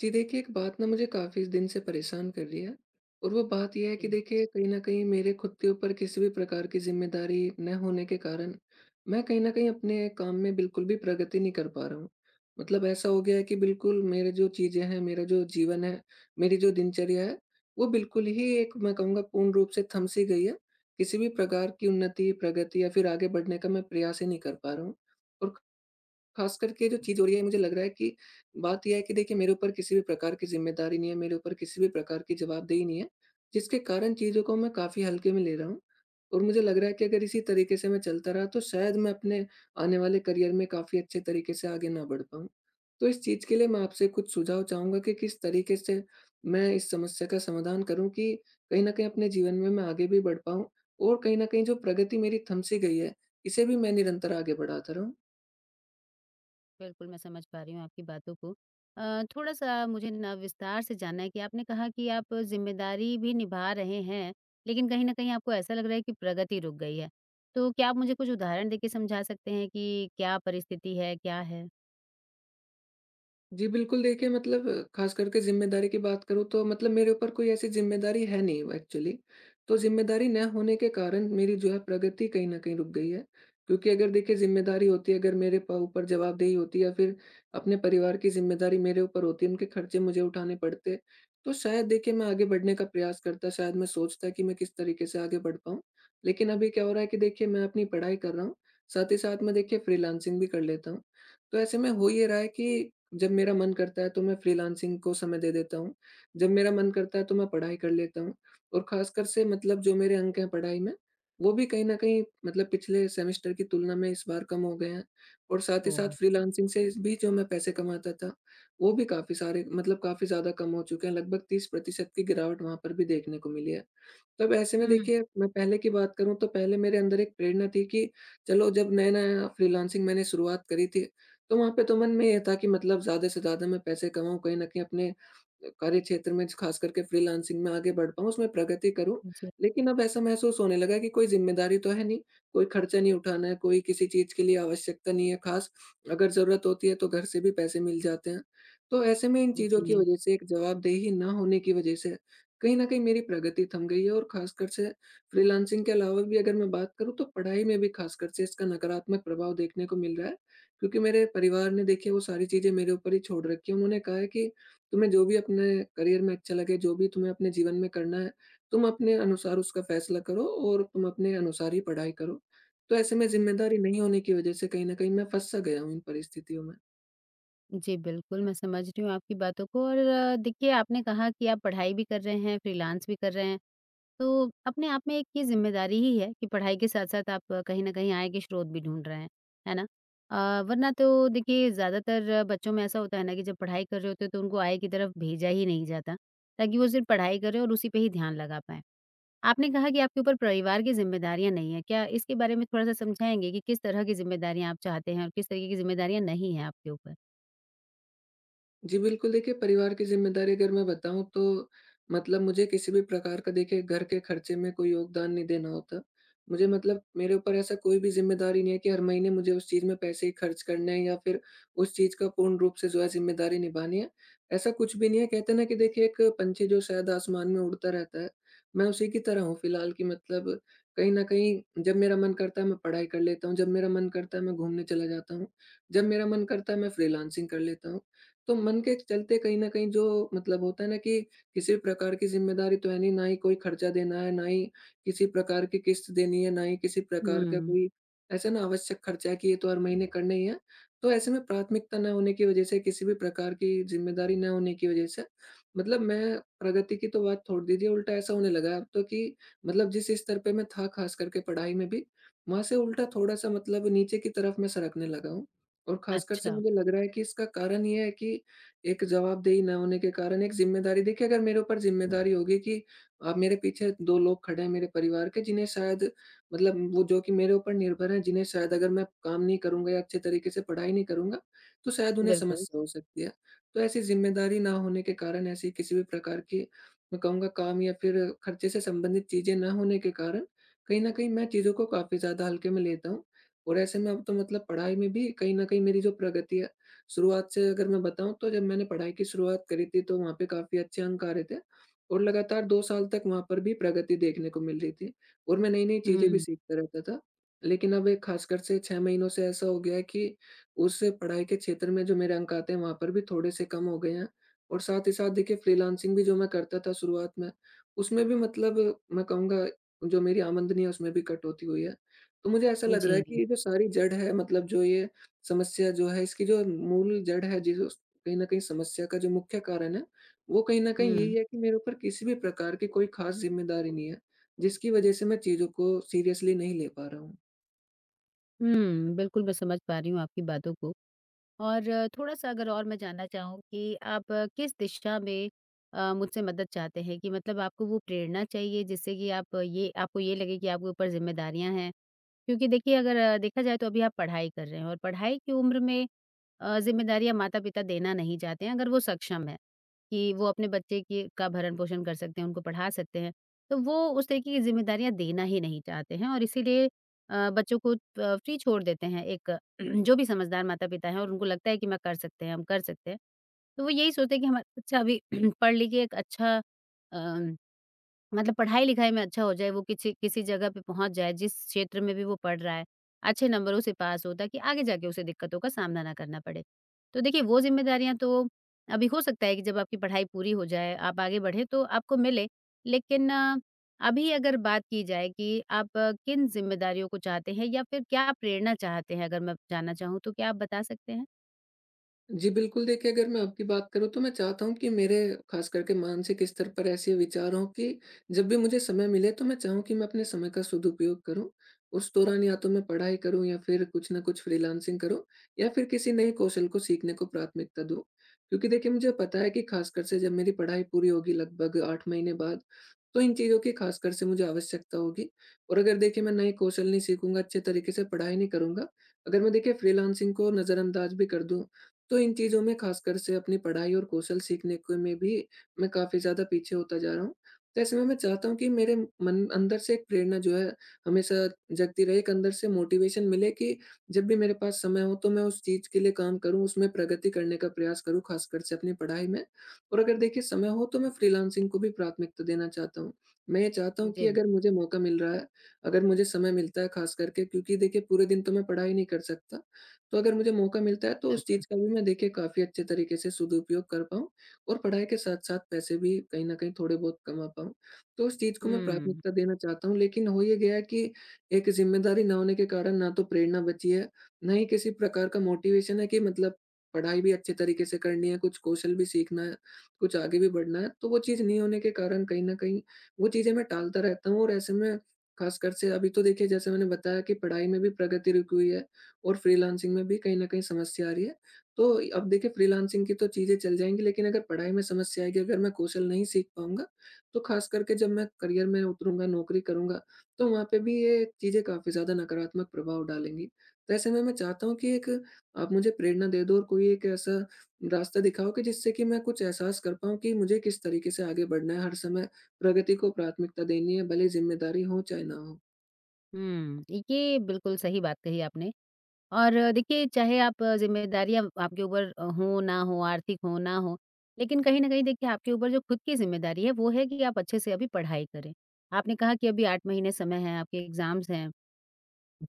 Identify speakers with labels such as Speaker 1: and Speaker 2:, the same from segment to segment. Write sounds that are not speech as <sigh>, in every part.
Speaker 1: जी देखिए, एक बात ना मुझे काफ़ी दिन से परेशान कर रही है और वो बात ये है कि
Speaker 2: जी,
Speaker 1: देखिए कहीं न कहीं मेरे खुद के ऊपर किसी भी प्रकार की ज़िम्मेदारी न होने के कारण, मैं कहीं न कहीं अपने काम में बिल्कुल भी प्रगति नहीं कर पा रहा हूँ। ऐसा हो गया है कि बिल्कुल मेरे जो चीज़ें हैं, मेरा जो जीवन है, मेरी जो दिनचर्या है, वो बिल्कुल ही एक मैं कहूँगा पूर्ण रूप से थम सी गई है। किसी भी प्रकार की उन्नति, प्रगति या फिर आगे बढ़ने का मैं प्रयास ही नहीं कर पा रहा हूँ। और खास करके जो चीज़ हो रही है मुझे लग रहा है कि बात ये है कि देखिए मेरे ऊपर किसी भी प्रकार की ज़िम्मेदारी नहीं है, मेरे ऊपर किसी भी प्रकार की जवाबदेही नहीं है, जिसके कारण चीज़ों को मैं काफ़ी हल्के में ले रहा हूँ। और मुझे लग रहा है कि अगर इसी तरीके से मैं चलता रहा तो शायद मैं अपने आने वाले करियर में काफ़ी अच्छे तरीके से आगे ना बढ़ पाऊँ। तो इस चीज़ के लिए मैं आपसे कुछ सुझाव चाहूँगा कि किस तरीके से मैं इस समस्या का समाधान करूँ कि कहीं न कहीं अपने जीवन में मैं आगे भी बढ़ पाऊँ और कहीं न कहीं जो प्रगति मेरी थम सी गई है, इसे भी मैं निरंतर आगे बढ़ाता रहूँ।
Speaker 2: बिल्कुल मैं समझ पा रही हूँ आपकी बातों को। थोड़ा-सा मुझे ना विस्तार से जानना है कि आपने कहा कि आप ज़िम्मेदारी भी निभा रहे हैं, लेकिन कहीं न कहीं आपको ऐसा लग रहा है कि प्रगति रुक गई है। तो क्या आप मुझे कुछ उदाहरण देके समझा सकते हैं कि क्या परिस्थिति है, क्या है?
Speaker 1: जी, बिल्कुल देखिए ख़ास करके ज़िम्मेदारी की बात करूँ तो मेरे ऊपर कोई ऐसी ज़िम्मेदारी है नहीं एक्चुअली। तो ज़िम्मेदारी ना होने के कारण मेरी जो है प्रगति कहीं न कहीं रुक गई है। क्योंकि अगर देखिए ज़िम्मेदारी होती है, अगर मेरे प ऊपर जवाबदेही होती है या फिर अपने परिवार की ज़िम्मेदारी मेरे ऊपर होती है, उनके खर्चे मुझे उठाने पड़ते, तो शायद देखिए मैं आगे बढ़ने का प्रयास करता, शायद मैं सोचता कि मैं किस तरीके से आगे बढ़ पाऊँ। लेकिन अभी क्या हो रहा है कि देखिए मैं अपनी पढ़ाई कर रहा हूँ, साथ ही साथ मैं देखिए फ्रीलांसिंग भी कर लेता हूँ। तो ऐसे में हो ये रहा है कि जब मेरा मन करता है तो मैं फ्रीलांसिंग को समय दे देता हूँ। जब मेरा मन करता है तो मैं पढ़ाई कर लेता हूँ और ख़ासकर से जो मेरे अंक हैं पढ़ाई में, वो भी कहीं न कहीं पिछले सेमेस्टर की तुलना में इस बार कम हो गए हैं और साथ ही साथ
Speaker 2: ओह!
Speaker 1: फ्रीलांसिंग से भी जो मैं पैसे कमाता था, वो भी काफ़ी सारे काफ़ी ज़्यादा कम हो चुके हैं। लगभग 30% की गिरावट वहाँ पर भी देखने को मिली है। तब ऐसे में
Speaker 2: हुँ।
Speaker 1: देखिए, मैं पहले की बात करूँ तो पहले मेरे अंदर एक प्रेरणा थी कि चलो जब नया-नया फ्रीलांसिंग मैंने शुरुआत करी थी, तो वहाँ पे तो मन में ये था कि ज़्यादा से ज़्यादा मैं पैसे कमाऊँ, कहीं न कहीं अपने कार्यक्षेत्र में खास करके फ्रीलांसिंग में आगे बढ़ पाऊँ, उसमें प्रगति करूँ।
Speaker 2: जी,
Speaker 1: लेकिन अब ऐसा महसूस होने लगा कि कोई ज़िम्मेदारी तो है नहीं, कोई खर्चा नहीं उठाना है, कोई किसी चीज़ के लिए आवश्यकता नहीं है खास। अगर ज़रूरत होती है तो घर से भी पैसे मिल जाते हैं। तो ऐसे में इन चीज़ों की
Speaker 2: जी।
Speaker 1: वज़ह से एक जवाबदेही ना होने की वज़ह से कहीं न कहीं मेरी प्रगति थम गई है और ख़ासकर से फ्रीलांसिंग के अलावा भी अगर मैं बात करूँ तो पढ़ाई में भी ख़ासकर से इसका नकारात्मक प्रभाव देखने को मिल रहा है। क्योंकि मेरे परिवार ने देखिए वो सारी चीज़ें मेरे ऊपर ही छोड़ रखी है। उन्होंने कहा है कि तुम्हें जो भी अपने करियर में अच्छा लगे, जो भी तुम्हें अपने जीवन में करना है, तुम अपने अनुसार उसका फ़ैसला करो और तुम अपने अनुसार ही पढ़ाई करो। तो ऐसे में
Speaker 2: हुँ,
Speaker 1: ज़िम्मेदारी नहीं होने की वज़ह से कहीं न कहीं मैं फँस सा गया हूँ इन परिस्थितियों में।
Speaker 2: जी, बिल्कुल मैं समझ रही हूँ आपकी बातों को। और देखिए आपने कहा कि आप पढ़ाई भी कर रहे हैं, फ्रीलांस भी कर रहे हैं। तो अपने आप में एक ये ज़िम्मेदारी ही है कि पढ़ाई के साथ-साथ आप कहीं न कहीं आय के स्रोत भी ढूँढ रहे हैं, है ना? वरना तो देखिए ज़्यादातर बच्चों में ऐसा होता है ना कि जब पढ़ाई कर रहे होते हैं तो उनको आय की तरफ भेजा ही नहीं जाता, ताकि वो सिर्फ़ पढ़ाई करें और उसी पे ही ध्यान लगा पाएँ। आपने कहा कि आपके ऊपर परिवार की ज़िम्मेदारियाँ नहीं हैं, क्या इसके बारे में थोड़ा-सा समझाएँगे कि किस तरह की ज़िम्मेदारियाँ आप चाहते हैं और किस तरीके की ज़िम्मेदारियाँ नहीं हैं आपके ऊपर?
Speaker 1: जी, बिल्कुल देखिए परिवार की ज़िम्मेदारी अगर मैं बताऊँ तो मुझे किसी भी प्रकार का देखिए घर के खर्चे में कोई योगदान नहीं देना होता। मुझे मतलब मेरे ऊपर ऐसा कोई भी ज़िम्मेदारी नहीं है कि हर महीने मुझे उस चीज़ में पैसे ही खर्च करने हैं या फिर उस चीज़ का पूर्ण रूप से जो है ज़िम्मेदारी निभानी है। ऐसा कुछ भी नहीं है कहते हैं ना कि देखिए एक पंछी जो शायद आसमान में उड़ता रहता है, मैं उसी की तरह हूँ फ़िलहाल कि कहीं न कहीं जब मेरा मन करता है मैं पढ़ाई कर लेता हूँ, जब मेरा मन करता है मैं घूमने चला जाता हूँ, जब मेरा मन करता है मैं फ्रीलांसिंग कर लेता हूँ। तो मन के चलते कहीं न कहीं जो होता है ना कि किसी भी प्रकार की ज़िम्मेदारी तो है नहीं, ना ही कोई खर्चा देना है, ना ही किसी प्रकार की किश्त देनी है, ना ही किसी प्रकार का
Speaker 2: हुँ,
Speaker 1: कोई ऐसा ना आवश्यक खर्चा है कि ये तो हर महीने करना ही है। तो ऐसे में प्राथमिकता ना होने की वज़ह से, किसी भी प्रकार की ज़िम्मेदारी ना होने की वज़ह से मैं प्रगति की तो बात छोड़ दीजिए, उल्टा ऐसा होने लगा है अब तो कि जिस स्तर पे मैं था ख़ास करके पढ़ाई में भी, वहाँ से उल्टा थोड़ा-सा नीचे की तरफ मैं सरकने लगा हूँ। और ख़ासकर से
Speaker 2: अच्छा,
Speaker 1: मुझे लग रहा है कि इसका कारण ये है कि एक जवाबदेही ना होने के कारण एक ज़िम्मेदारी देखिए अगर मेरे ऊपर ज़िम्मेदारी होगी कि अब मेरे पीछे 2 लोग खड़े हैं मेरे परिवार के जिन्हें शायद वो जो कि मेरे ऊपर निर्भर हैं, जिन्हें शायद अगर मैं काम नहीं करूँगा या अच्छे तरीके से पढ़ाई नहीं करूँगा, तो शायद उन्हें
Speaker 2: बिल्कुल।
Speaker 1: समस्या हो सकती है। तो ऐसी ज़िम्मेदारी ना होने के कारण ऐसी किसी भी प्रकार की मैं कहूँगा काम या फिर खर्चे से संबंधित चीज़ें ना होने के कारण, कहीं न कहीं मैं चीज़ों को काफ़ी ज़्यादा हल्के में लेता हूँ। और ऐसे में अब तो पढ़ाई में भी कहीं न कहीं मेरी जो प्रगति है, शुरुआत से अगर मैं बताऊँ तो जब मैंने पढ़ाई की शुरुआत करी थी तो वहाँ पे काफ़ी अच्छे अंक आ रहे थे और लगातार 2 साल तक वहाँ पर भी प्रगति देखने को मिल रही थी और मैं नई-नई चीज़ें भी
Speaker 2: हुँ,
Speaker 1: सीखता रहता था। लेकिन अब एक ख़ासकर से 6 महीनों से ऐसा हो गया है कि उस पढ़ाई के क्षेत्र में जो मेरे अंक आते हैं वहाँ पर भी थोड़े से कम हो गए हैं और साथ ही साथ देखिए फ्रीलांसिंग भी जो मैं करता था शुरुआत में, उसमें भी मैं कहूँगा जो मेरी आमदनी है उसमें भी कटौती हुई है। तो मुझे ऐसा लग रहा है
Speaker 2: जी,
Speaker 1: कि ये जो सारी जड़ है जो ये समस्या जो है इसकी जो मूल जड़ है जिस उस कहीं न कहीं समस्या का जो मुख्य कारण है, वो कहीं न कहीं यही
Speaker 2: हुँ।
Speaker 1: है कि मेरे ऊपर किसी भी प्रकार की कोई ख़ास ज़िम्मेदारी नहीं है, जिसकी वज़ह से मैं चीज़ों को सीरियसली नहीं ले पा रहा हूँ।
Speaker 2: हुँ, बिल्कुल मैं समझ पा रही हूँ आपकी बातों को। और थोड़ा-सा अगर और मैं जानना चाहूँ कि आप किस दिशा में मुझसे मदद चाहते हैं कि मतलब आपको वो प्रेरणा चाहिए जिससे कि आप ये आपको ये लगे कि आपके ऊपर ज़िम्मेदारियाँ हैं? क्योंकि देखिए अगर देखा जाए तो अभी आप पढ़ाई कर रहे हैं और पढ़ाई की उम्र में ज़िम्मेदारियाँ माता-पिता देना नहीं चाहते हैं अगर वो सक्षम हैं, कि वो अपने बच्चे के का भरण-पोषण कर सकते हैं, उनको पढ़ा सकते हैं, तो वो उस तरीके की ज़िम्मेदारियाँ देना ही नहीं चाहते हैं और इसीलिए बच्चों को फ्री छोड़ देते हैं एक <clears throat> जो भी समझदार माता-पिता हैं और उनको लगता है कि मैं कर सकते हैं, हम कर सकते हैं। तो वो यही सोचते हैं कि हमारा बच्चा अभी <clears throat> पढ़ लिख के एक अच्छा अ, मतलब पढ़ाई-लिखाई में अच्छा हो जाए, वो किसी किसी जगह पे पहुँच जाए, जिस क्षेत्र में भी वो पढ़ रहा है, अच्छे नंबरों से पास हो ताकि आगे जाके उसे दिक्कतों का सामना ना करना पड़े। तो देखिए वो ज़िम्मेदारियाँ तो अभी हो सकता है कि जब आपकी पढ़ाई पूरी हो जाए, आप आगे बढ़ें तो आपको मिले। लेकिन अभी अगर बात की जाए कि आप किन ज़िम्मेदारियों को चाहते हैं या फिर क्या प्रेरणा चाहते हैं? अगर मैं जानना चाहूँ तो क्या आप बता सकते हैं?
Speaker 1: जी, बिल्कुल देखिए अगर मैं आपकी बात करूँ तो मैं चाहता हूँ कि मेरे ख़ास करके मानसिक स्तर पर ऐसे विचार हों कि जब भी मुझे समय मिले तो मैं चाहूँ कि मैं अपने समय का सदुपयोग करूँ। उस दौरान या तो मैं पढ़ाई करूँ या फिर कुछ न कुछ फ्रीलांसिंग करूँ या फिर किसी नए कौशल को सीखने को प्राथमिकता दूँ। क्योंकि देखिए मुझे पता है कि ख़ासकर से जब मेरी पढ़ाई पूरी होगी लगभग 8 महीने बाद, तो इन चीज़ों की ख़ासकर से मुझे आवश्यकता होगी और अगर देखिए मैं नए कौशल नहीं सीखूँगा, अच्छे तरीके से पढ़ाई नहीं करूँगा, अगर मैं देखिए फ्रीलांसिंग को नज़रअंदाज़ भी कर दूँ तो इन चीज़ों में ख़ासकर से अपनी पढ़ाई और कौशल सीखने को में भी मैं काफ़ी ज़्यादा पीछे होता जा रहा हूँ। तो ऐसे में मैं चाहता हूँ कि मेरे मन अंदर से एक प्रेरणा जो है हमेशा जगती रहे, एक अंदर से मोटिवेशन मिले कि जब भी मेरे पास समय हो तो मैं उस चीज़ के लिए काम करूँ, उसमें प्रगति करने का प्रयास करूँ, ख़ासकर से अपनी पढ़ाई में। और अगर देखिए समय हो तो मैं फ्रीलांसिंग को भी प्राथमिकता देना चाहता हूँ। मैं ये चाहता हूँ कि
Speaker 2: जी।
Speaker 1: अगर मुझे मौका मिल रहा है, अगर मुझे समय मिलता है ख़ास करके क्योंकि देखिए पूरे दिन तो मैं पढ़ाई नहीं कर सकता। तो अगर मुझे मौका मिलता है तो उस
Speaker 2: बिल्कुल।
Speaker 1: चीज़ का भी मैं देखिए काफ़ी अच्छे तरीके से सदुपयोग कर पाऊँ और पढ़ाई के साथ-साथ पैसे भी कहीं न कहीं थोड़े बहुत कमा पाऊँ। तो उस चीज़ को मैं
Speaker 2: हुँ,
Speaker 1: प्राथमिकता देना चाहता हूँ लेकिन हो ये गया है कि एक ज़िम्मेदारी ना होने के कारण ना तो प्रेरणा बची है, ना ही किसी प्रकार का मोटिवेशन है कि पढ़ाई भी अच्छे तरीके से करनी है, कुछ कौशल भी सीखना है, कुछ आगे भी बढ़ना है। तो वो चीज़ नहीं होने के कारण कहीं न कहीं वो चीज़ें मैं टालता रहता हूँ और ऐसे में ख़ासकर से अभी तो देखिए जैसे मैंने बताया कि पढ़ाई में भी प्रगति रुकी हुई है। और फ्रीलांसिंग में भी कहीं न कहीं समस्या आ रही है। तो अब देखिए फ्रीलांसिंग की तो चीज़ें चल जाएँगी लेकिन अगर पढ़ाई में समस्या आएगी, अगर मैं कौशल नहीं सीख पाऊँगा, तो ख़ास करके जब मैं करियर में उतरूँगा, नौकरी करूँगा, तो वहाँ पे भी ये चीज़ें काफ़ी ज़्यादा नकारात्मक प्रभाव डालेंगी। तो ऐसे में मैं चाहता हूँ कि एक आप मुझे प्रेरणा दे दो और कोई एक ऐसा रास्ता दिखाओ कि जिससे कि मैं कुछ एहसास कर पाऊँ कि मुझे किस तरीके से आगे बढ़ना है, हर समय प्रगति को प्राथमिकता देनी है, भले ही ज़िम्मेदारी हो चाहे ना हो।
Speaker 2: हुँ, ये बिल्कुल सही बात कही आपने। और देखिए चाहे आप ज़िम्मेदारियाँ आपके ऊपर हो ना हो, आर्थिक हो ना हो, लेकिन कहीं न कहीं देखिए आपके ऊपर जो खुद की ज़िम्मेदारी है वो है कि आप अच्छे से अभी पढ़ाई करें। आपने कहा कि अभी 8 महीने समय है, आपके एग्ज़ाम्स हैं।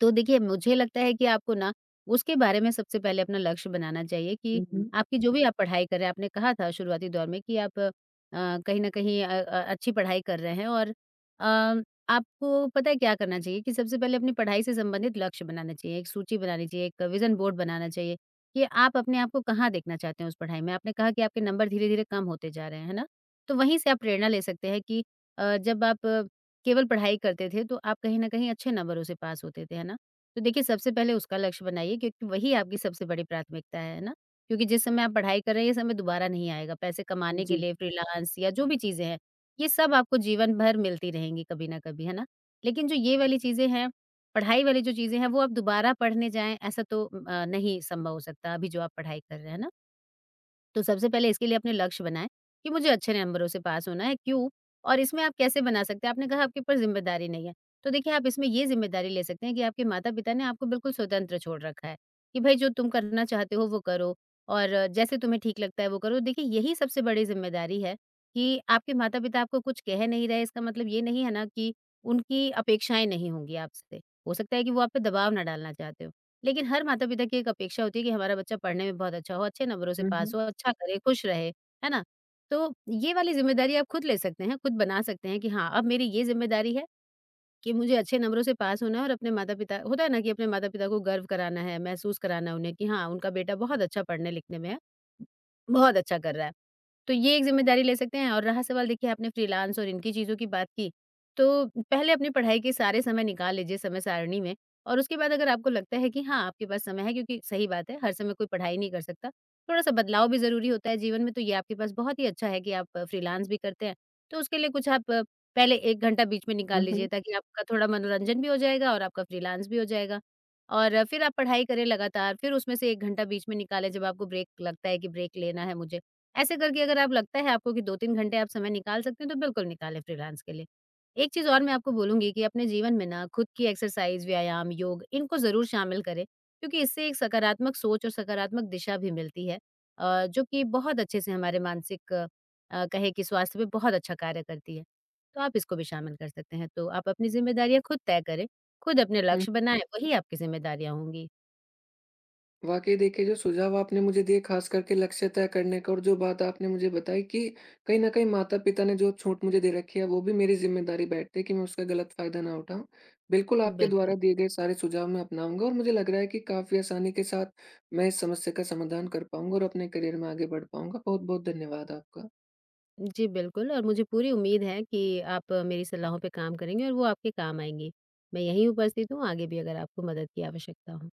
Speaker 2: तो देखिए, मुझे लगता है कि आपको ना उसके बारे में सबसे पहले अपना लक्ष्य बनाना चाहिए कि
Speaker 1: हुँ, हुँ।
Speaker 2: आपकी जो भी आप पढ़ाई कर रहे हैं, आपने कहा था शुरुआती दौर में कि आप कहीं न कहीं अच्छी पढ़ाई कर रहे हैं और आपको पता है क्या करना चाहिए कि सबसे पहले अपनी पढ़ाई से संबंधित लक्ष्य बनाना चाहिए, एक सूची बनानी चाहिए, एक विज़न बोर्ड बनाना चाहिए कि आप अपने आप को कहाँ देखना चाहते हैं उस पढ़ाई में। आपने कहा कि आपके नंबर धीरे-धीरे कम होते जा रहे हैं, है ना? तो वहीं से आप प्रेरणा ले सकते हैं कि जब आप केवल पढ़ाई करते थे तो आप कहीं न कहीं अच्छे नंबरों से पास होते थे, है ना? तो देखिए सबसे पहले उसका लक्ष्य बनाइए क्योंकि वही आपकी सबसे बड़ी प्राथमिकता है ना? क्योंकि जिस समय आप पढ़ाई कर रहे हैं ये समय दोबारा नहीं आएगा, पैसे कमाने के
Speaker 1: जी।
Speaker 2: लिए फ्रीलांस या जो भी चीज़ें हैं, ये सब आपको जीवन भर मिलती रहेंगी कभी न कभी, है ना? लेकिन जो ये वाली चीज़ें हैं, पढ़ाई वाली जो चीज़ें हैं वो आप दोबारा पढ़ने जाएँ ऐसा तो नहीं संभव हो सकता अभी जो आप पढ़ाई कर रहे हैं, है ना? तो सबसे पहले इसके लिए अपने लक्ष्य बनाएँ कि मुझे अच्छे नंबरों से पास होना है, क्यों? और इसमें आप कैसे बना सकते हैं? आपने कहा आपके ऊपर ज़िम्मेदारी नहीं है। तो देखिए आप इसमें ये ज़िम्मेदारी ले सकते हैं कि आपके माता-पिता ने आपको बिल्कुल स्वतंत्र छोड़ रखा है, कि भई जो तुम करना चाहते हो वो करो और जैसे तुम्हें ठीक लगता है वो करो। देखिए यही सबसे बड़ी ज़िम्मेदारी है कि आपके माता-पिता आपको कुछ कह नहीं रहे, इसका मतलब ये नहीं है ना कि उनकी अपेक्षाएँ नहीं होंगी आपसे। हो सकता है कि वो आप पे दबाव ना डालना चाहते हों। लेकिन हर माता-पिता की एक अपेक्षा होती है कि हमारा बच्चा पढ़ने में बहुत अच्छा हो, अच्छे नंबरों से
Speaker 1: हुँ, हुँ।
Speaker 2: पास हो, अच्छा करे, खुश रहे, है ना? तो ये वाली ज़िम्मेदारी आप खुद ले सकते हैं, खुद बना सकते हैं कि हाँ, अब मेरी ये ज़िम्मेदारी है कि मुझे अच्छे नंबरों से पास होना है और अपने माता-पिता होता है ना कि अपने माता-पिता को गर्व कराना है, महसूस कराना है उन्हें कि हाँ, उनका बेटा बहुत अच्छा पढ़ने-लिखने में है, बहुत अच्छा कर रहा है। तो ये एक ज़िम्मेदारी ले सकते हैं और रहा सवाल देखिए आपने फ्रीलांस और इनकी चीज़ों की बात की, तो पहले अपनी पढ़ाई के सारे समय निकाल लीजिए समय सारिणी में और उसके बाद अगर आपको लगता है कि हाँ, आपके पास समय है क्योंकि सही बात है, हर समय कोई पढ़ाई नहीं कर सकता। थोड़ा-सा बदलाव भी ज़रूरी होता है जीवन में, तो ये आपके पास बहुत ही अच्छा है कि आप फ्रीलांस भी करते हैं। तो उसके लिए कुछ आप पहले 1 घंटा बीच में
Speaker 1: हुँ,
Speaker 2: निकाल
Speaker 1: हुँ।
Speaker 2: लीजिए ताकि आपका थोड़ा मनोरंजन भी हो जाएगा और आपका फ्रीलांस भी हो जाएगा। और फिर आप पढ़ाई करें लगातार, फिर उसमें से 1 घंटा बीच में निकालें जब आपको ब्रेक लगता है कि ब्रेक लेना है मुझे। ऐसे करके अगर आप लगता है आपको कि 2-3 घंटे आप समय निकाल सकते हैं तो बिल्कुल निकालें फ्रीलांस के लिए। एक चीज़ और मैं आपको बोलूँगी कि अपने जीवन में ना खुद की एक्सरसाइज़, व्यायाम, योग इनको ज़रूर शामिल करें क्योंकि इससे एक सकारात्मक सोच और सकारात्मक दिशा भी मिलती है जो कि बहुत अच्छे से हमारे मानसिक कहें कि स्वास्थ्य पे बहुत अच्छा कार्य करती है। तो आप इसको भी शामिल कर सकते हैं। तो आप अपनी ज़िम्मेदारियाँ खुद तय करें, खुद अपने
Speaker 1: हुँ,
Speaker 2: लक्ष्य
Speaker 1: हुँ।
Speaker 2: बनाएँ, वही आपकी ज़िम्मेदारियाँ होंगी।
Speaker 1: वाकई देखिए जो सुझाव आपने मुझे दिए खास करके लक्ष्य तय करने का और जो बात आपने मुझे बताई कि कहीं ना कहीं माता पिता ने जो छूट मुझे दे रखी है वो भी मेरी जिम्मेदारी बैठती है कि मैं उसका गलत फायदा ना उठाऊं। बिल्कुल आपके
Speaker 2: बिल्कुल।
Speaker 1: द्वारा दिए गए सारे सुझाव मैं अपनाऊंगा और मुझे लग रहा है कि काफी आसानी के साथ मैं इस समस्या का समाधान कर पाऊंगा और अपने करियर में आगे बढ़ पाऊंगा। बहुत बहुत धन्यवाद आपका।
Speaker 2: जी, बिल्कुल और मुझे पूरी उम्मीद है कि आप मेरी सलाहों पे काम करेंगे और वो आपके काम आएँगी। मैं यहीं उपस्थित हूँ, आगे भी अगर आपको मदद की आवश्यकता हो।